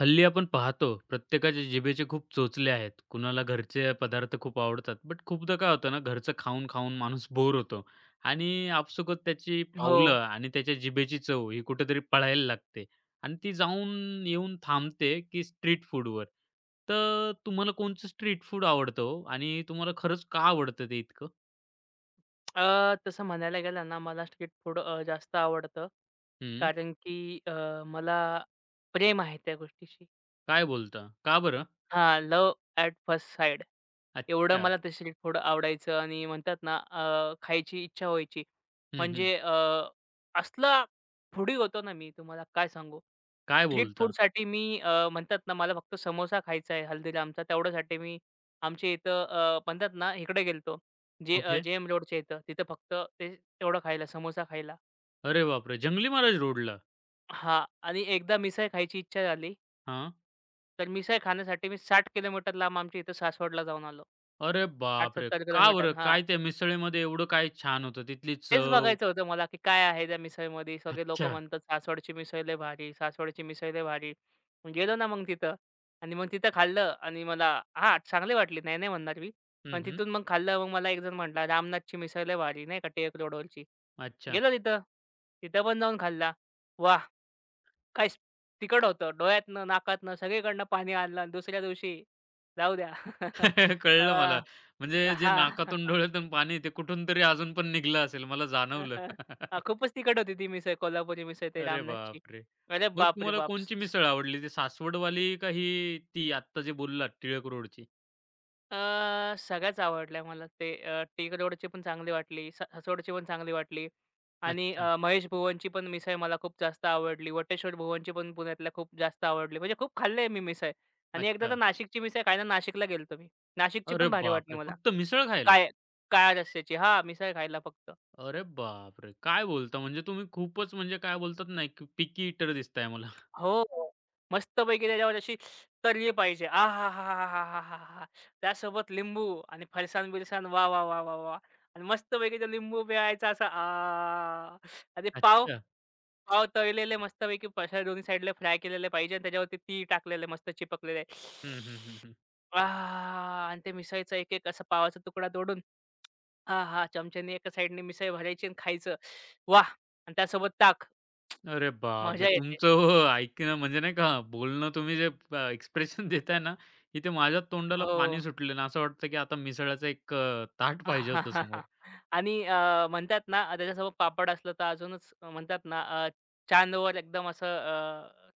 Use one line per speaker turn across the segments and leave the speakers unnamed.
हल्ली आपण पाहतो प्रत्येकाच्या जिभेचे खूप चोचले आहेत. कुणाला घरचे पदार्थ खूप आवडतात. बट खूपदा काय होतं ना, घरचं खाऊन-खाऊन माणूस बोर होतो आणि आपसुकच त्याची
हो.
पावलं आणि त्याच्या जिभेची चव ही कुठेतरी पळायला लागते आणि ती जाऊन येऊन थांबते, की स्ट्रीट फूडवर. तर तुम्हाला कोणचं स्ट्रीट फूड आवडतं हो? आणि तुम्हाला खरंच का आवडतं ते इतकं?
अ, तसं म्हणायला गेलं ना, मला स्ट्रीट फूड जास्त आवडतं.
हं.
कारण की मला प्रेम आहे त्या गोष्टीशी.
काय बोलता? का बरं?
हां, लव ॲट फर्स्ट साईड. एवढं
अच्छा.
मला ते स्ट्रीट फूड आवडायचं आणि म्हणतात ना, खायची इच्छा व्हायची.
हं, हं.
म्हणजे असला फूडी होतो ना मी, तुम्हाला काय सांगू.
काय
स्ट्रीट
बोलता?
फूडसाठी मी म्हणतात ना मला फक्त समोसा खायचा आहे हल्दीरामचा तेवढ्यासाठी मी आमच्या इथं म्हणतात ना इकडे गेलतो.
कुठे?
जे-एम रोडच्या इथं. तिथं फक्त ते तेवढं खायला समोसा खायला.
अरे बापरे! जंगली महाराज रोडला?
हां. आणि एकदा मिसळ खायची इच्छा झाली.
हां.
तर मिसळ खाण्यासाठी मी 60 किलोमीटर लांब आमच्या इथं सासवडला जाऊन आलो.
अरे बापरे!
60-70
का
किलोमीटर.
बरं?
हां.
काय त्या मिसळीमध्ये एवढं काय छान होतं? तिथली
तेच
चव?
बघायचं होतं मला, की काय आहे त्या मिसळमध्ये. सगळे लोकं
अच्छा.
म्हणतात, "सासवडची मिसळ लय भारी, सासवडची मिसळ लय भारी." मग गेलो ना मग तिथं आणि मग तिथं खाल्लं आणि मला हां, चांगली वाटली. नाही, नाही म्हणणार मी.
हं,
पण
हं.
तिथून मग खाल्लं. मग मला एक जण म्हटला, "रामनाथची मिसळ लय भारी नाही का टिळक रोडवरची."
अच्छा.
गेलो तिथं. तिथं पण जाऊन खाल्ला. वाह! काय स- तिखट होतं. डोळ्यातनं, नाकातनं सगळीकडनं पाणी आलं आणि दुसऱ्या दिवशी जाऊ द्या. अ,
कळलं मला. म्हणजे जे
हां.
नाकातून, डोळ्यातून पाणी ते कुठून तरी अजून पण निघलं असेल. मला जाणवलं.
हां. हां, खूपच तिखट होती ती मिसळ, कोल्हापुरी मिसळ ते
अरे
रामनाथची.
बापरे!
अरे
मग
बाप रे
तुम्हाला
बाप!
कोणची मिसळ आवडली? ती सासवडवाली का ही ती आत्ता जे बोललात टिळक रोडची?
सगळ्याच आवडल्या मला ते टिग रोडची पण चांगली वाटली, स हसोडची पण चांगली वाटली आणि
अच्छा,
महेश भुवनची पण मिसळ मला खूप जास्त आवडली. वटेश्वर भुवनची पण पुण्यातल्या खूप जास्त आवडली. म्हणजे खूप खाल्ले मी मिसळ आणि एकदा तर
अच्छा.
नाशिकची मिसळ खायला नाशिकला गेलतो मी. नाशिकची
अरे
पण भारी वाटली
बापरे!
मला.
फक्त मिसळ खायला?
काय काळ्या रस्स्याची हां, मिसळ खायला फक्त.
अरे बापरे! काय बोलता? म्हणजे तुम्ही खूपच म्हणजे काय बोलतात ना, एक पिकी ईटर दिसताय मला.
हो. मस्तपैकी त्याच्यावर अशी तर्री पाहिजे. आहाहाहाहाहा! त्यासोबत लिंबू आणि फरसान-बिरसान वाह, वाह, वाह, वाह, वाह! आणि मस्तपैकी तो लिंबू पिळायचा असा आ! आणि पाव,
अच्छा.
पाव तळलेले मस्तपैकी अशा दोन्ही साईडला फ्राय केलेले पाहिजे आणि त्याच्यावरती तीळ टाकलेले मस्त चिपकलेले.
हं, हं, हं, हं.
आहाहाहा! आणि ते मिसळीचा एक-एक असा पावाचा तुकडा तोडून आहा! चमच्याने एका साईडने मिसळ भरायची आणि खायचं. वाह! आणि त्यासोबत ताक.
अरे बापरे!
मजा येते.
तुमचं हो, हो, ऐकणं म्हणजे नाही का बोलणं तुम्ही जे प एक्सप्रेशन देताय ना, इथे माझ्या तोंडाला
हो.
पाणी सुटलेलं असं वाटतं की आता मिसळाचं एक ताट पाहिजे होतं समोर.
आणि म्हणतात ना त्याच्यासोबत पापड असलं तर अजूनच म्हणतात ना चांदवर एकदम असं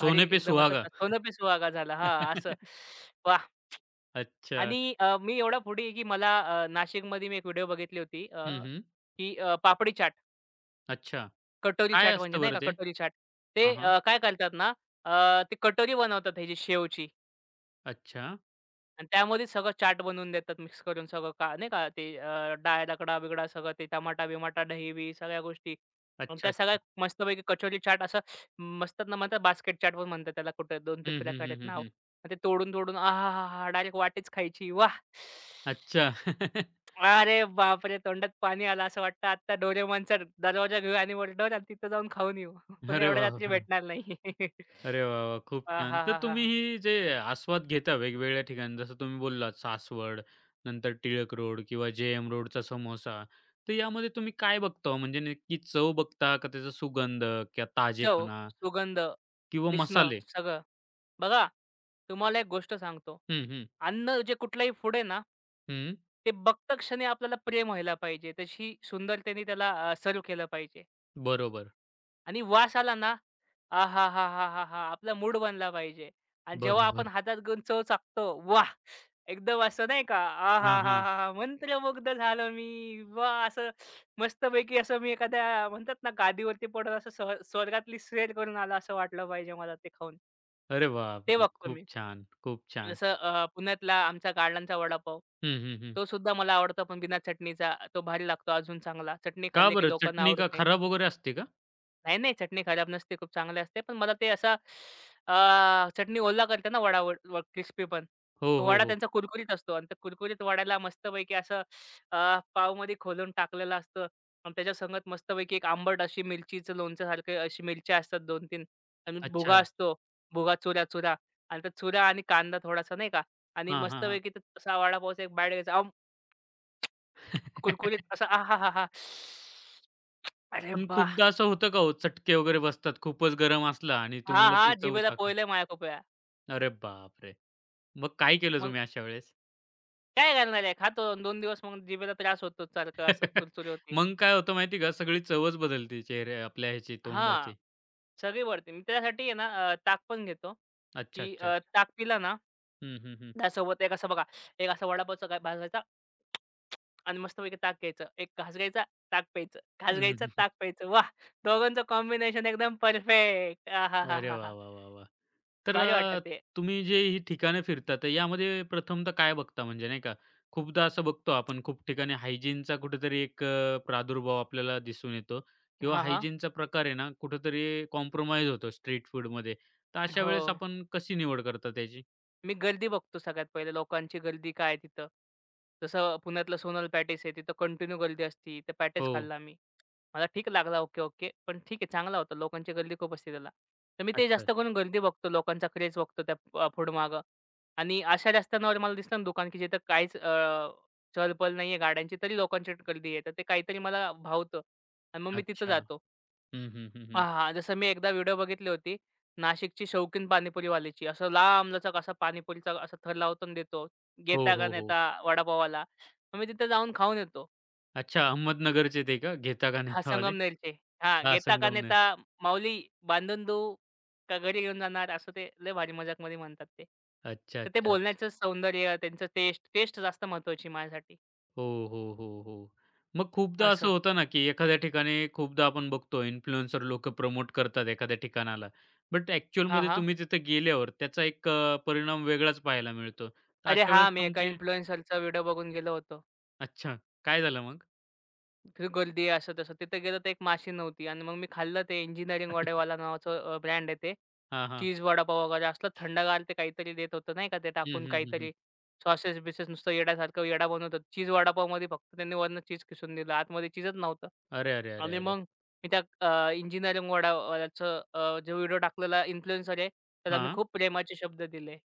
भारी
पे
एकदम म्हणतात
सुहागा.
ना सोनं सुहागा झाला. हां, असं. वाह!
अच्छा.
आणि मी एवढा फूडी आहे की मला नाशिकमध्ये मी एक व्हिडिओ बघितली होती
हं, हं.
की पापडी चाट,
अच्छा.
कटोरी
काय
चाट म्हणजे
असतं
नाही
बरं
का
ते?
कटोरी चाट. ते
हां, हां.
काय करतात ना ते कटोरी बनवतात ह्याची शेवची.
अच्छा.
आणि त्यामध्येच सगळं चाट बनवून देतात मिक्स करून सगळं का नाही का ते डाळ, रगडा-बिगडा सगळं ते टमाटा-बिमाटा, दही-बिही सगळ्या गोष्टी. मग
अच्छा,
त्या सगळ्या
अच्छा.
मस्तपैकी कचोरी चाट असं मस्त ना म्हणतात बास्केट चाट पण म्हणतात त्याला कुठे 2-3
हं, हं,
प्रकार
हं,
आहेत
हं,
नाव.
हं.
मग ते तोडून-तोडून आहाहाहा! डायरेक्ट वाटीच खायची. वाह!
अच्छा.
अरे बापरे! तोंडात पाणी आलं असं वाटतं आत्ता डोरेमॉनचा दरवाजा घेऊ आणि वर आणि तिथं जाऊन खाऊन येऊ. पण
अरे
एवढ्या रात्री
बापरे!
भेटणार नाही.
अरे वाह, वाह! खूप छान. तर तुम्ही
आहाहाहा!
ही जे आस्वाद घेता वेगवेगळ्या ठिकाणी जसं तुम्ही बोललात सासवड, नंतर टिळक रोड किंवा जे.एम. रोडचा समोसा. तर यामध्ये तुम्ही काय बघता हो? म्हणजे नक्की चव बघता का त्याचा सुगंध किंवा
चव,
ताजेपणा
सुगंध,
किंवा
दिसणं
मसाले?
सगळं. बघा, तुम्हाला एक गोष्ट सांगतो.
हं, हं.
अन्न जे कुठलंही फूड आहे ना,
हं.
ते बघता क्षणी आपल्याला प्रेम व्हायला पाहिजे. तशी सुंदरतेने त्याला सर्व्ह केलं पाहिजे.
बरोबर.
आणि वास आला ना, आहाहाहाहा! आपला मूड बनला पाहिजे. आणि जेव्हा आपण
बरोबर.
हातात घेऊन चव चाखतो, वाह! एकदम असं नाही का,
हां, हां.
आहाहाहाहा! मंत्रमुग्ध झालो मी. वाह! असं मस्तपैकी असं मी एखाद्या म्हणतात ना, गादीवरती पडून असं स्वर्गातली सैर करून आलो असं वाटलं पाहिजे मला ते खाऊन.
अरे
ते
बापरे!
बघतो
खूप
मी.
छान, खूप छान.
जसं पुण्यातला आमचा गार्डनचा वडापाव.
हं, हं, हं.
तो सुद्धा मला आवडतो पण बिना चटणीचा. तो भारी लागतो अजून चांगला. चटणी
का
खाल्ली की
बरं
लोकांना
चटणी
आवडत
का
नाही.
खराब वगैरे असते का?
नाही, नाही. चटणी खराब नसते. खूप चांगली असते. पण मला ते असा चटणी ओला करते ना वडा व व क्रिस्पी पण.
हो,
तो
हो,
वडा
हो.
त्यांचा कुरकुरीत असतो आणि त्या कुरकुरीत वड्याला मस्तपैकी असं पावमध्ये खोलून टाकलेलं असतं आणि त्याच्यासंगत मस्तपैकी एक आंबट अशी मिरचीचं लोणच्यासारखी अशी मिरच्या असतात 2-3 आणि भुगा
अच्छा.
असतो. भुगा, चुरा-चुरा आणि त्या चुरा आणि कांदा थोडासा नाही का आणि
हां, हां, हां.
मस्तपैकी तसा वडापावचा एक बाईट घ्यायचा. कुरकुरीत असा आहाहाहा! अरे
पण
वाह!
खूपदा असं होतं का हो, चटके वगैरे बसतात खूपच गरम असला आणि
हां,
तुम्हाला ती
हां.
चव
जिभेला
चाख
पोहलंय माझ्या खूप.
अरे बापरे! मग काय केलं
मग
तुम्ही अशा वेळेस?
काय करणार आहे? खातो अन् 2 दिवस मग जिभेला त्रास होतो सारखं असं चुरचुरी होती.
मग काय होतं माहिती आहे का, सगळी चवच बदलते चेहऱ्या आपल्या ह्याची
हां,
तोंडाची.
सगळी वळते. मी त्यासाठी आहे ना ताक पण घेतो,
अच्छा,
की
अच्छा, अच्छा.
ताक पिला ना
हं, हं, हं.
त्यासोबत एक असं बघा, एक असा वडापावचा घास आणि मस्तपैकी ताक घ्यायचं. एक घास घ्यायचा, ताक प्यायचं. घास
हं,
घ्यायचा,
हं.
ताक प्यायचं. वाह! दोघांचं कॉम्बिनेशन एकदम परफेक्ट.
अरे
आहाहाहा!
वाह, वाह, वाह, वाह! तर
भारी वाटतं ते.
तुम्ही जे ही ठिकाणं फिरता, तर यामध्ये प्रथमतः काय बघता म्हणजे नाही का? खूपदा असं बघतो आपण खूप ठिकाणी हायजीनचा कुठेतरी एक प्रादुर्भाव आपल्याला दिसून येतो किंवा
हां, हां.
हायजीनचा प्रकार आहे ना, कुठेतरी कॉम्प्रोमाईज होतो स्ट्रीट फूडमध्ये. तर अशा
हो.
वेळेस आपण कशी निवड करता त्याची?
मी गर्दी बघतो सगळ्यात पहिले लोकांची गर्दी काय आहे तिथं. जसं पुण्यातलं सोनल पॅटीस आहे तिथं कंटिन्यू गर्दी असती. ते पॅटीस
हो.
खाल्लं आम्ही. मला ठीक लागला ओके, ओके. पण ठीक आहे चांगला होता. लोकांची गर्दी खूप असते त्याला. तर मी ते
अच्छा,
जास्त करून गर्दी बघतो. लोकांचा क्रेज बघतो त्या पुढं-मागं. आणि अशा रस्त्यांवर मला दिसतं ना दुकान, की जिथं काहीच चहल नाहीये गाड्यांची तरी लोकांची गर्दी आहे. तर ते काहीतरी मला भावतं आणि मग मी तिथं
अच्छा.
जातो.
हं, हं, हं, हं.
हां, हां. जसं मी एकदा व्हिडिओ बघितली होती. नाशिकची शौकीन पाणीपुरीवाल्याची. असं लांबलचक असा पाणीपुरीचा असा थर लावून देतो.
हो,
"घेता का
हो, हो.
नेता वडापावाला?" मग मी तिथे जाऊन खाऊन येतो.
अच्छा, अहमदनगरचे ते का घेता का
हां,
नयेतावाले?
संगमनेरचे. हां,
हां,
"घेता का
संगमनेर.
नेता माऊली बांधून देऊ का घरी घेऊन जाणार?" असं ते लय भारी मजाकमध्ये म्हणतात ते.
अच्छा,
तर ते
अच्छा, अच्छा.
बोलण्याचं सौंदर्य, त्यांचं टेस्ट जास्त महत्त्वाची माझ्यासाठी
हो, हो, हो, हो. मग खूपदा असं
असं.
होतं ना, की एखाद्या ठिकाणी खूपदा आपण बघतो इन्फ्लुएन्सर लोकं प्रमोट करतात एखाद्या ठिकाणाला. बट
हां,
ॲक्चुअलमध्ये
हां.
तुम्ही तिथे गेल्यावर त्याचा एक परिणाम वेगळाच पाहायला मिळतो. तर
अरे
अशा
हां,
वेळेस
मी एका
तुमचे
इन्फ्लुएन्सरचा व्हिडिओ बघून गेलो होतो.
अच्छा, काय झालं मग?
ती गर्दी असं-तसं. तिथे गेलं तर एक माशी नव्हती आणि मग मी खाल्लं ते इंजिनिअरिंग वडेवाला नावाचं ब्रँड आहे ते.
हां, हां.
चीज वडापाव वगैरे असलं थंडगार ते काहीतरी देत होतं नाही का ते
हं,
टाकून
हं, हं, हं.
काहीतरी सॉसेस-बिसेस नुसतं येड्यासारखं येडा बनवत होतं. चीज वडापावमध्ये फक्त त्यांनी वरनं चीज किसून दिलं. आतमध्ये चीजच नव्हतं.
अरे, अरे, अरे,
आणि
अरे!
मग मी त्या इंजिनिअरिंग वडावाल्याचं जो व्हिडिओ टाकलेला इन्फ्लुएन्सर आहे, त्याला मी
हां.
खूप प्रेमाचे शब्द दिले.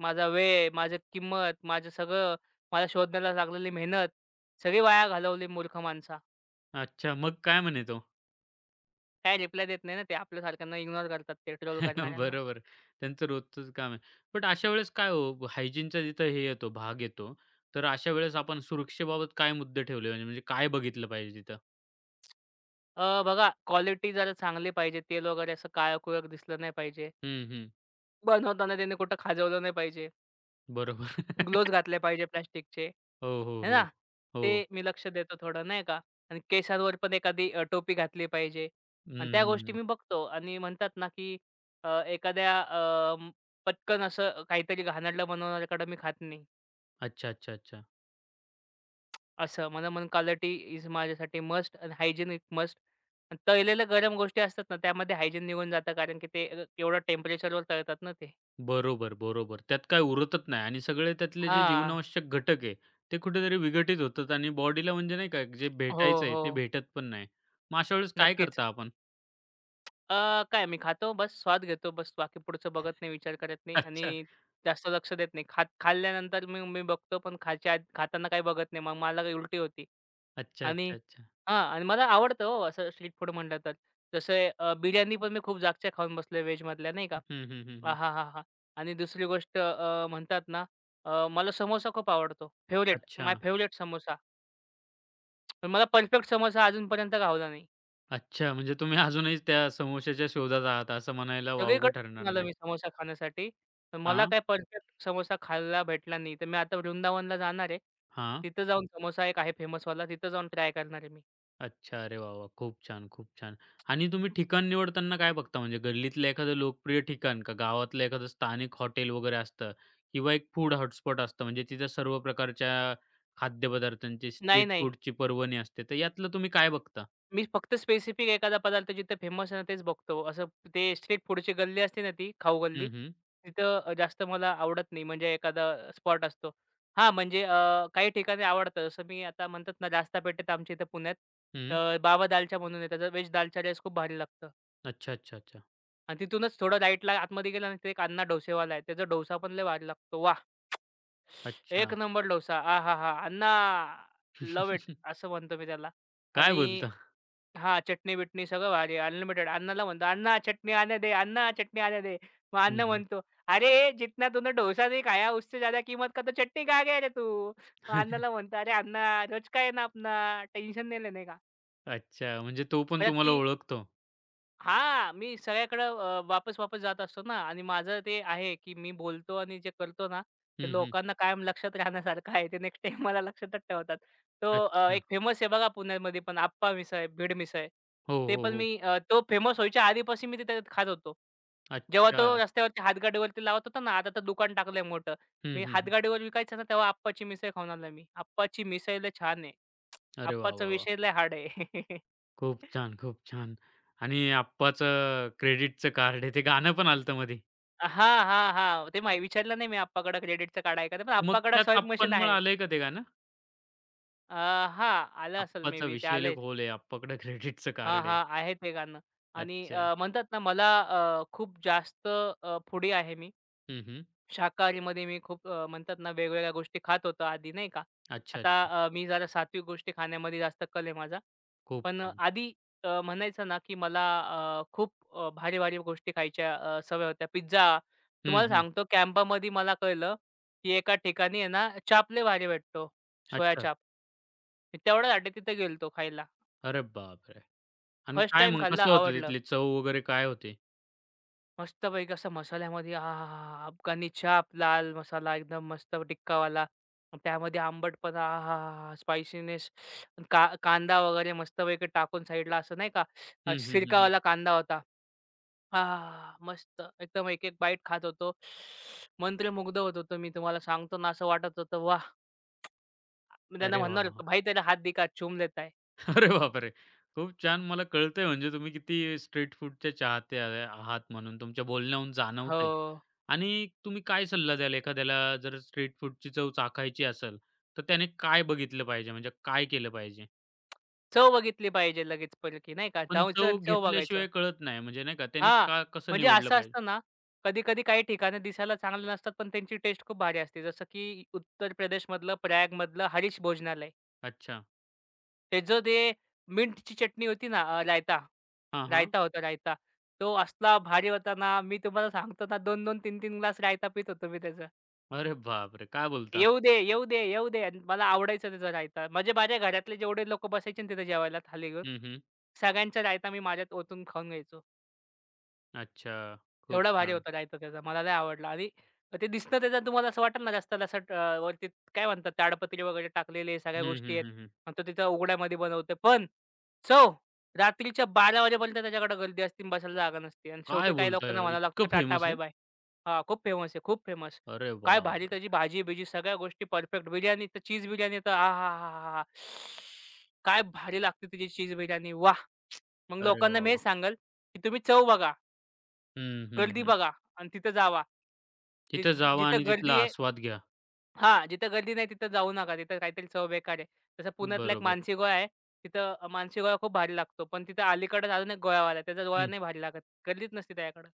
माझा वेळ, माझी किंमत, माझं सगळं, मला शोधण्याला लागलेली मेहनत सगळी वाया घालवली मूर्ख माणसा.
अच्छा, मग काय म्हणे तो?
काय रिप्लाय देत नाही ना ते. आपल्यासारख्यांना इग्नोर करतात ते ट्रोल करणाऱ्यांना.
बरोबर. त्यांचं रोजचंच काम आहे. बट अशा वेळेस काय हो, हायजीनचा जिथं हे येतो, भाग येतो, तर अशा वेळेस आपण सुरक्षेबाबत काय मुद्दे ठेवले म्हणजे म्हणजे काय बघितलं पाहिजे तिथं?
बघा क्वालिटी जरा चांगली पाहिजे. तेल वगैरे असं काळं-कुळक दिसलं नाही पाहिजे.
हं, हं.
बनवताना त्याने कुठं खाजवलं नाही पाहिजे.
बरोबर.
ग्लोव्हज घातले पाहिजे प्लास्टिकचे,
हो, हो,
है ना?
हो.
ते
हो.
मी लक्ष देतो थोडं नाही का? आणि केसांवर पण एखादी टोपी घातली पाहिजे आणि
हं,
त्या
हं,
गोष्टी
हं.
मी बघतो आणि म्हणतात ना, की एखाद्या पटकन असं काहीतरी घाणेरडं बनवणाऱ्याकडे मी खात नाही.
अच्छा, अच्छा, अच्छा.
असं "मनमन क्वालिटी इज माझ्यासाठी मस्ट आणि हायजिनिक मस्ट." आणि तळलेल्या गरम गोष्टी असतात ना, त्यामध्ये हायजीन निघून जातं कारण की ते एवढ्या टेम्परेचरवर तळतात ना ते.
बरोबर, बरोबर. त्यात काय उरतच नाही आणि सगळे त्यातले जे
हां.
जीवनावश्यक घटक आहे, ते कुठेतरी विघटित होतात आणि बॉडीला म्हणजे नाही का जे
हो,
भेटायचं आहे,
हो.
ते भेटत पण नाही. मग अशा वेळेस काय
नक्कीच.
करता आपण?
अ, काय मी खातो बस स्वाद घेतो बस. बाकी पुढचं बघत नाही, विचार करत नाही
अच्छा.
आणि जास्त लक्ष देत नाही. खाल्ल्यानंतर मी मी बघतो पण खायच्या आधी खाताना काही बघत नाही. मग मला काही उलटी होती.
अच्छा,
आणि
अच्छा, अच्छा.
हां आणि मला आवडतं हो असं स्ट्रीट फूड म्हटलं तर. जसं बिर्याणी पण मी खूप जागच्या खाऊन बसलोय व्हेजमधल्या नाही का.
हं, हं, हं, हं.
आहाहाहा! आणि दुसरी गोष्ट म्हणतात ना, मला समोसा खूप आवडतो. फेव्हरेट,
अच्छा.
My favourite samosa. पण मला परफेक्ट समोसा अजूनपर्यंत गावला नाही.
अच्छा, म्हणजे तुम्ही अजूनही त्या समोश्याच्या शोधात आहात असं म्हणायला
सगळीकडे
वावगं
फिरून
ठरणार
आलो
नाही.
मी समोसा खाण्यासाठी, पण मला
हां,
काय परफेक्ट समोसा खायला भेटला नाही. तर मी आता वृंदावनला जाणार आहे.
हां.
तिथं जाऊन समोसा एक आहे फेमसवाला, तिथं जाऊन ट्राय करणार आहे मी.
अच्छा. अरे वाह, वाह! खूप छान, खूप छान. आणि तुम्ही ठिकाण निवडताना काय बघता? म्हणजे गल्लीतलं एखादं लोकप्रिय ठिकाण का गावातलं एखादं स्थानिक हॉटेल वगैरे असतं किंवा एक फूड हॉटस्पॉट असतं म्हणजे तिथं सर्व प्रकारच्या खाद्यपदार्थांची
नाही,
स्ट्रीट
नाही.
फूडची पर्वणी असते. तर यातलं तुम्ही काय बघता?
मी फक्त स्पेसिफिक एखादा पदार्थ जिथे फेमस आहे ना तेच बघतो. असं ते स्ट्रीट फूडची गल्ली असते ना ती खाऊ गल्ली.
हं, हं.
तिथं जास्त मला आवडत नाही म्हणजे एखादा स्पॉट असतो. हां, म्हणजे काही ठिकाणी आवडतं. जसं मी आता म्हणतात ना रास्तापेठेत आमच्या इथं पुण्यात
हं.
बाबा दालचा म्हणून आहे. त्याचा व्हेज दालचा राईस खूप भारी लागतं.
अच्छा, अच्छा, अच्छा.
आणि तिथूनच थोडं राईटला आतमध्ये गेला ना तिथे एक अण्णा डोसेवाला आहे. त्याचा डोसा पण लय भारी लागतो. वाह! एक
अच्छा.
नंबर डोसा. आहाहा! अण्णा लव्ह इट असं म्हणतो मी त्याला.
काय
आणि
बोलता?
हां, चटणी-बिटणी सगळं भारी आहे. अनलिमिटेड. अण्णाला म्हणतो, "अण्णा चटणी आने दे, अण्णा चटणी आने दे." मग
हं,
अण्णा
हं.
म्हणतो, "अरे! जितना तूने डोसा नहीं खाया, उससे ज़्यादा कीमत का तो चटनी खा गया रे तू." मग अण्णाला म्हणतो, "अरे अण्णा रोज का ना अपना, टेंशन नहीं लेने का."
अच्छा. म्हणजे तो पण
परत
तुम्हाला
ती
ओळखतो.
हां, मी सगळ्याकडं वापस-वापस जात असतो ना आणि माझं ते आहे, की मी बोलतो आणि जे करतो ना, ते
हं, हं.
लोकांना कायम लक्षात राहण्यासारखं आहे. ते नेक्स्ट टाईम मला लक्षातच ठेवतात. तो
अच्छा.
एक फेमस आहे बघा पुण्यामध्ये पण आप्पा मिसळ, भीड मिसळ.
हो,
ते
हो,
पण
हो.
मी तो फेमस व्हायच्या आधीपासून मी तिथे खात होतो. जेव्हा
अच्छा.
तो रस्त्यावरती हातगाडीवरती लावत होता ना, आता तर दुकान टाकलंय मोठं.
हं,
मी
हं, हं.
हातगाडीवर विकायचा ना, तेव्हा आप्पाची मिसळ खाऊन आलोय मी. आप्पाची मिसळ लय छान आहे.
अरे वाह,
आप्पाचा
वाह, वाह!
विषय लय हार्ड आहे.
खूप छान, खूप छान. आणि आप्पाचं क्रेडिटचं कार्ड आहे ते गाणं पण आलं मध्ये.
हां, हां, हां. ते माही विचारलं नाही मी आप्पाकडे क्रेडिटचं कार्ड आहे का? ते, पण
मग
आप्पाकडे
त्याच
स्वाईप मशीन
आप्पांमुळे
आहे.
आलंय का ते गाणं?
अ, हां, आलं असेल मे
आप्पाचा
बी ते
विषय लय
आलंयच.
खोल आहे, आप्पाकडे क्रेडिटचं
हां,
कार्ड आहे.
हां, आहे ते गाणं. आणि
अच्छा.
म्हणतात ना मला खूप जास्त फुडी आहे मी.
हं, हं.
शाकाहारीमध्ये मी खूप म्हणतात ना वेगवेगळ्या गोष्टी खात होतो आधी नाही का.
अच्छा,
आता
अच्छा.
मी जरा सात्विक गोष्टी खाण्यामध्ये जास्त कल आहे माझा.
खूप
पण
छान.
आधी म्हणायचं ना की मला खूप भारी-भारी गोष्टी खायच्या सवय होत्या. पिझ्झा.
हं,
तुम्हाला
हं.
सांगतो कॅम्पामध्ये मला कळलं, की एका ठिकाणी आहे ना चाप लय भारी भेटतो, सोया
अच्छा.
चाप. मी तेवढ्यासाठी तिथे गेलो खायला.
अरे बापरे! आणि
फर्स्ट
काय
टाईम
मग
खाल्ला
कसं होतं
आवडलं.
तिथली चव वगैरे काय होती?
मस्तपैकी असं मसाल्यामध्ये आहाहाहा! अफगाणी छाप, लाल मसाला एकदम मस्त टिक्कावाला. अन त्यामध्ये आंबटपणा आहाहाहा! स्पायसीनेस का कांदा वगैरे मस्तपैकी टाकून साईडला असं नाही का
हं, हं, हं, हं.
सिरकावाला कांदा होता. आहाहाहा! मस्त एकदम एक-एक बाईट खात होतो. मंत्रमुग्ध होत होतो मी तुम्हाला सांगतो ना असं वाटत होतं वाह! मी त्यांना
अरे
म्हणणार
वाह!
होतो, "भाई तेरा हाथ दिखा, चूम लेता है."
अरे बापरे! खूप छान. मला कळतंय म्हणजे तुम्ही किती स्ट्रीट फूडचे चाहते आहे आहात म्हणून तुमच्या बोलण्याहून
हो.
जाणवतंय. आणि तुम्ही काय सल्ला द्याल एखाद्याला जर स्ट्रीट फूडची चव चाखायची असेल, तर त्याने काय बघितलं पाहिजे? म्हणजे काय केलं पाहिजे?
चव बघितली पाहिजे लगेच, परत की नाही का?
पण
जायचं आणि
चव
चव बघायचं.
घेतल्याशिवाय कळत नाही म्हणजे नाही का, त्याने
हां,
का कसं
म्हणजे
निवडलं
असं
पाहिजे?
असतं ना, कधी-कधी काही ठिकाणं दिसायला चांगली नसतात, पण त्यांची टेस्ट खूप भारी असते. जसं की उत्तर प्रदेशमधलं प्रयागमधलं हरीश भोजनालय.
अच्छा.
त्याचं ते मिंटची चटणी होती ना रायता.
हां, हां.
रायता होता रायता. तो असला भारी होता ना, मी तुम्हाला सांगतो ना 2-2, 3-3 ग्लास रायता पीत होतो मी त्याचा.
अरे बापरे! काय बोलता?
"येऊ दे, येऊ दे, येऊ दे." आणि मला आवडायचा त्याचा रायता. म्हणजे माझ्या घरातले जेवढे लोकं बसायचे ना तिथे जेवायला थाली घेऊन,
हं, हं.
सगळ्यांचा रायता मी माझ्यात ओतून खाऊन घ्यायचो.
अच्छा. खूप
एवढा भारी
छान.
होता रायता त्याचा. मला लय आवडला आणि ते दिसणं त्याच्यात तुम्हाला असं वाटेल ना जास्त लसट वरती काय म्हणतात ताडपत्री वगैरे टाकलेले सगळ्या
हं,
गोष्टी
हं,
आहेत.
हं, हं.
आणि तो तिथं उघड्यामध्ये बनवतो. पण चव रात्रीच्या 12:00 वाजेपर्यंत त्याच्याकडे गर्दी असते आणि बसायला जागा नसते आणि
काय
शेवटी काही लोकांना
बोलताय?
म्हणावं लागतं
इतकं
टाटा
फेमस आहे?
बाय-बाय. हां, खूप फेमस आहे, खूप फेमस.
अरे
काय भारी त्याची
बापरे!
भाजी-बिजी सगळ्या गोष्टी परफेक्ट. बिर्याणी तर चीज बिर्याणी तर आहाहाहा! काय भारी लागते त्याची चीज बिर्याणी. वाह! मग
अरे
लोकांना
वाह,
मी
वाह!
हेच सांगेल, की तुम्ही चव बघा.
हं, हं,
गर्दी
हं.
बघा आणि तिथं जावा.
तिथं
जिथं
जावा
जिथं
आणि
गर्दी
तिथला
आहे
आस्वाद घ्या.
हां, जिथं गर्दी नाही तिथं जाऊ नका. तिथं काहीतरी चव बेकार आहे. तसं पुण्यातला एक
बरोबर.
मानसी गोळा आहे. तिथं मानसी गोळा खूप भारी लागतो. पण तिथं अलीकडे अजून एक गोळावाला आहे. त्याचा गोळा
हं.
नाही भारी लागत. गर्दीच नसते त्याच्याकडं.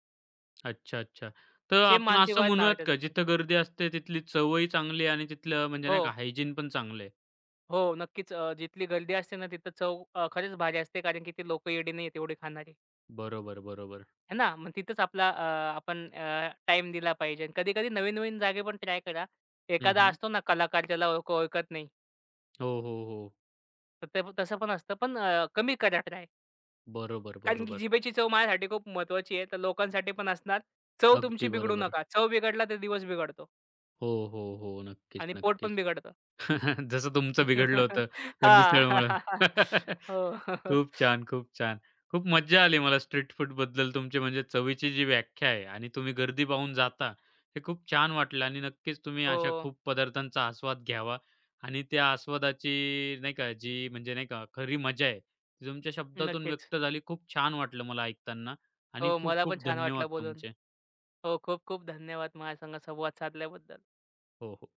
अच्छा, अच्छा. तर
सेम
आपण
मानसी
असं
गोळाच नाव आहे
म्हणूयात
त्याचं
का
पण.
जिथं गर्दी असते तिथली चवही चांगली आणि तिथलं म्हणजे
हो,
नाही का हायजीन पण चांगलं आहे.
हो. नक्कीच जिथली गर्दी असते ना तिथं चव खरंच भारी असते. कारण की ती लोकं येडी नाहीयेत एवढी खाणारी.
बरोबर, बरोबर.
आहे ना? मग तिथंच आपण टाईम दिला पाहिजे. आणि कधी-कधी नवीन-नवीन जागे पण ट्राय करा.
हं,
एखादा
हं.
असतो ना कलाकार ज्याला ओळखत नाही.
हो, हो, हो.
तर तसं पण असतं. पण कमी करा ट्राय.
बरोबर,
कारण की
बरोबर.
जिभेची चव माझ्यासाठी खूप महत्त्वाची आहे. तर लोकांसाठी पण असणार. चव तुमची
अगदी
बिघडू
बरोबर.
नका. चव बिघडला तर दिवस बिघडतो
हो, हो, हो. नक्कीच,
आणि पोट पण
नक्कीच.
बिघडतं.
जसं तुमचं बिघडलं होतं त्या
हां.
मिसळमुळं.
हो.
खूप छान, खूप छान. खूप मज्जा आली मला स्ट्रीट फूडबद्दल तुमची म्हणजे चवीची जी व्याख्या आहे आणि तुम्ही गर्दी पाहून जाता, हे खूप छान वाटलं आणि नक्कीच तुम्ही अशा
हो.
खूप पदार्थांचा आस्वाद घ्यावा आणि त्या आस्वादाची नाही का जी म्हणजे नाही का खरी मजा आहे, ती तुमच्या शब्दातून
नक्कीच.
व्यक्त झाली. खूप छान वाटलं मला ऐकताना आणि
हो,
खूप
मला पण
खूप
छान
धन्यवाद
वाटलं बोलून.
तुमचे.
हो, खूप खूप धन्यवाद माझ्या संवाद साधल्याबद्दल.
हो, हो.